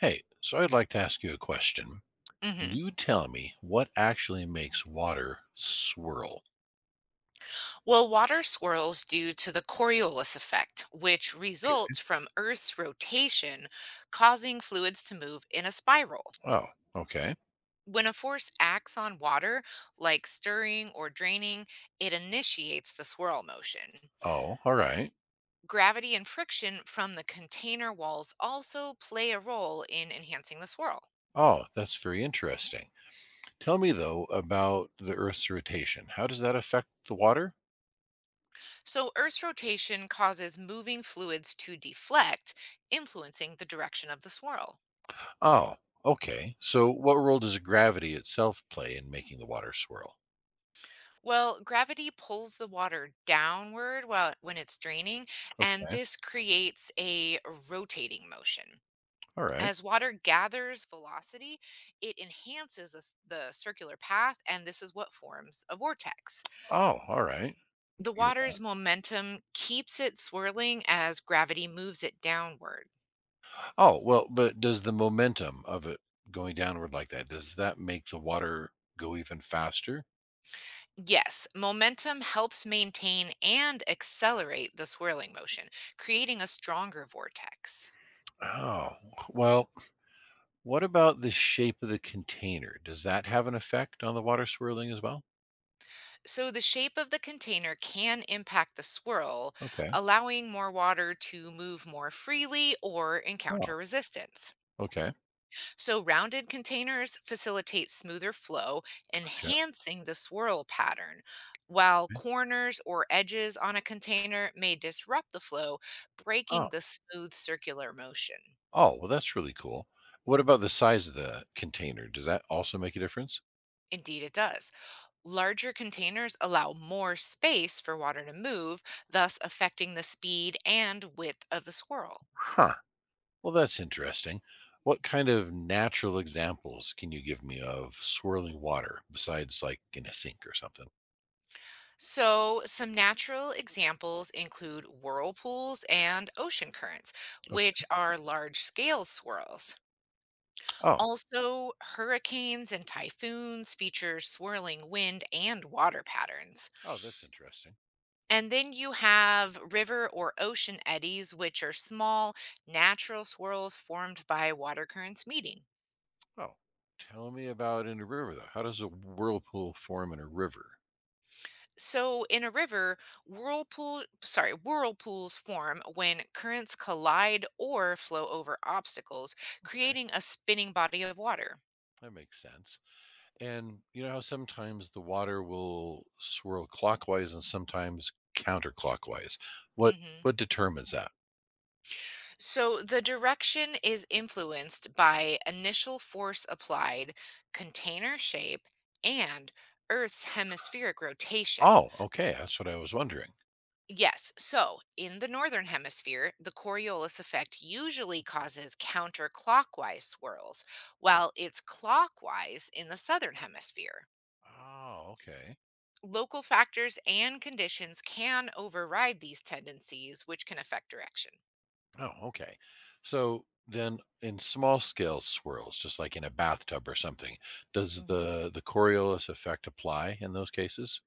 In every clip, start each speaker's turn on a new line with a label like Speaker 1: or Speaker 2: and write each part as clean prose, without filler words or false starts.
Speaker 1: Hey, so I'd like to ask you a question. Can
Speaker 2: Hmm.
Speaker 1: you tell me what actually makes water swirl?
Speaker 2: Well, water swirls due to the Coriolis effect, which
Speaker 1: Okay.
Speaker 2: results from Earth's rotation, causing fluids to move in a spiral.
Speaker 1: Oh, okay.
Speaker 2: When a force acts on water, like stirring or draining, it initiates the swirl motion.
Speaker 1: Oh, all right.
Speaker 2: Gravity and friction from the container walls also play a role in enhancing the swirl.
Speaker 1: Oh, that's very interesting. Tell me, though, about the Earth's rotation. How does that affect the water?
Speaker 2: So, Earth's rotation causes moving fluids to deflect, influencing the direction of the swirl.
Speaker 1: Oh, okay. So, what role does gravity itself play in making the water swirl?
Speaker 2: Well, gravity pulls the water downward while when it's draining, and
Speaker 1: Okay.
Speaker 2: this creates a rotating motion.
Speaker 1: All right.
Speaker 2: As water gathers velocity, it enhances the circular path, and this is what forms a vortex.
Speaker 1: Oh, all right.
Speaker 2: The
Speaker 1: Yeah.
Speaker 2: water's momentum keeps it swirling as gravity moves it downward.
Speaker 1: Oh, well, but does the momentum of it going downward like that, does that make the water go even faster?
Speaker 2: Yes, momentum helps maintain and accelerate the swirling motion, creating a stronger vortex.
Speaker 1: Oh, well, what about the shape of the container? Does that have an effect on the water swirling as well?
Speaker 2: So the shape of the container can impact the swirl,
Speaker 1: Okay.
Speaker 2: allowing more water to move more freely or encounter
Speaker 1: Oh,
Speaker 2: resistance.
Speaker 1: okay.
Speaker 2: So rounded containers facilitate smoother flow,
Speaker 1: Gotcha.
Speaker 2: enhancing the swirl pattern, while
Speaker 1: Okay.
Speaker 2: corners or edges on a container may disrupt the flow,
Speaker 1: Oh,
Speaker 2: breaking the smooth circular motion.
Speaker 1: oh, well, that's really cool. What about the size of the container? Does that also make a difference?
Speaker 2: Indeed, it does. Larger containers allow more space for water to move, thus affecting the speed and width of the swirl.
Speaker 1: Huh. Well, that's interesting. What kind of natural examples can you give me of swirling water besides like in a sink or something?
Speaker 2: So, some natural examples include whirlpools and ocean currents,
Speaker 1: Oh,
Speaker 2: which are large scale swirls.
Speaker 1: oh,
Speaker 2: Also, hurricanes and typhoons feature swirling wind and water patterns.
Speaker 1: oh, that's interesting.
Speaker 2: And then you have river or ocean eddies, which are small, natural swirls formed by water currents meeting.
Speaker 1: Oh, tell me about in a river though. How does a whirlpool form in a river?
Speaker 2: So in a river, whirlpools form when currents collide or flow over obstacles, creating a spinning body of water.
Speaker 1: That makes sense. And you know how sometimes the water will swirl clockwise and sometimes counterclockwise. What
Speaker 2: Mhm.
Speaker 1: what determines that?
Speaker 2: So the direction is influenced by initial force applied, container shape, and Earth's hemispheric rotation.
Speaker 1: Oh, okay. That's what I was wondering.
Speaker 2: Yes. So in the northern hemisphere, the Coriolis effect usually causes counterclockwise swirls,
Speaker 1: Oh,
Speaker 2: while it's clockwise in the southern hemisphere.
Speaker 1: oh, okay.
Speaker 2: Local factors and conditions can override these tendencies, which can affect direction.
Speaker 1: Oh, okay. So then in small scale swirls, just like in a bathtub or something, does
Speaker 2: Mhm.
Speaker 1: the Coriolis effect apply in those cases?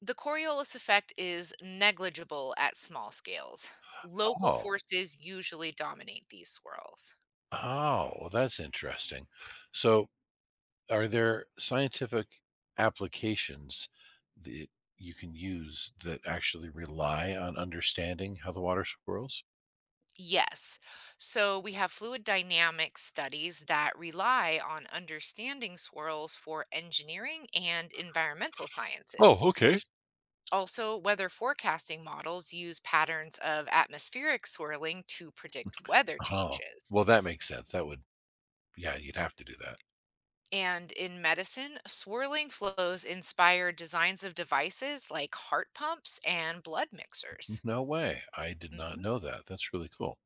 Speaker 2: The Coriolis effect is negligible at small scales. Local
Speaker 1: Oh.
Speaker 2: forces usually dominate these swirls.
Speaker 1: Oh, well, that's interesting. So are there scientific applications that you can use that actually rely on understanding how the water swirls?
Speaker 2: Yes. So we have fluid dynamics studies that rely on understanding swirls for engineering and environmental sciences.
Speaker 1: Oh, okay.
Speaker 2: Also, weather forecasting models use patterns of atmospheric swirling to predict weather
Speaker 1: Oh,
Speaker 2: changes.
Speaker 1: well, that makes sense. That would, yeah, you'd have to do that.
Speaker 2: And in medicine, swirling flows inspire designs of devices like heart pumps and blood mixers.
Speaker 1: No way. I did not
Speaker 2: Mhm.
Speaker 1: know that. That's really cool.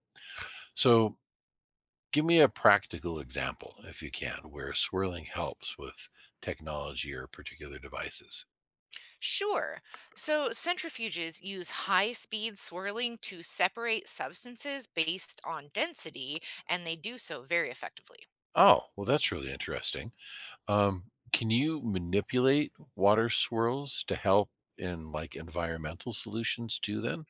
Speaker 1: So, give me a practical example, if you can, where swirling helps with technology or particular devices.
Speaker 2: Sure. So centrifuges use high speed swirling to separate substances based on density, and they do so very effectively.
Speaker 1: Oh, well, that's really interesting. Can you manipulate water swirls to help in like environmental solutions too then?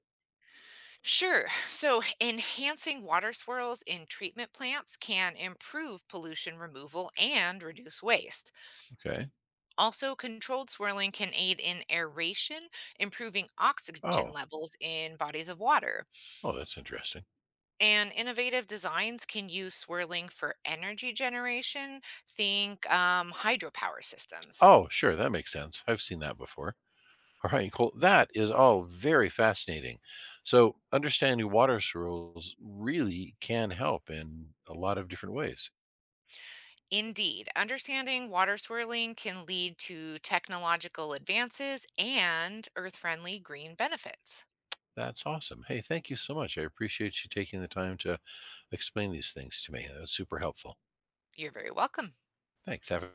Speaker 2: Sure. So enhancing water swirls in treatment plants can improve pollution removal and reduce waste.
Speaker 1: Okay.
Speaker 2: Also, controlled swirling can aid in aeration, improving oxygen
Speaker 1: Oh,
Speaker 2: levels in bodies of water.
Speaker 1: oh, that's interesting.
Speaker 2: And innovative designs can use swirling for energy generation. Think hydropower systems.
Speaker 1: Oh, sure, that makes sense. I've seen that before. All right, cool. That is all very fascinating. So, understanding water swirls really can help in a lot of different ways.
Speaker 2: Indeed, understanding water swirling can lead to technological advances and earth friendly green benefits.
Speaker 1: That's awesome. Hey, thank you so much. I appreciate you taking the time to explain these things to me. That was super helpful.
Speaker 2: You're very welcome.
Speaker 1: Thanks. Have a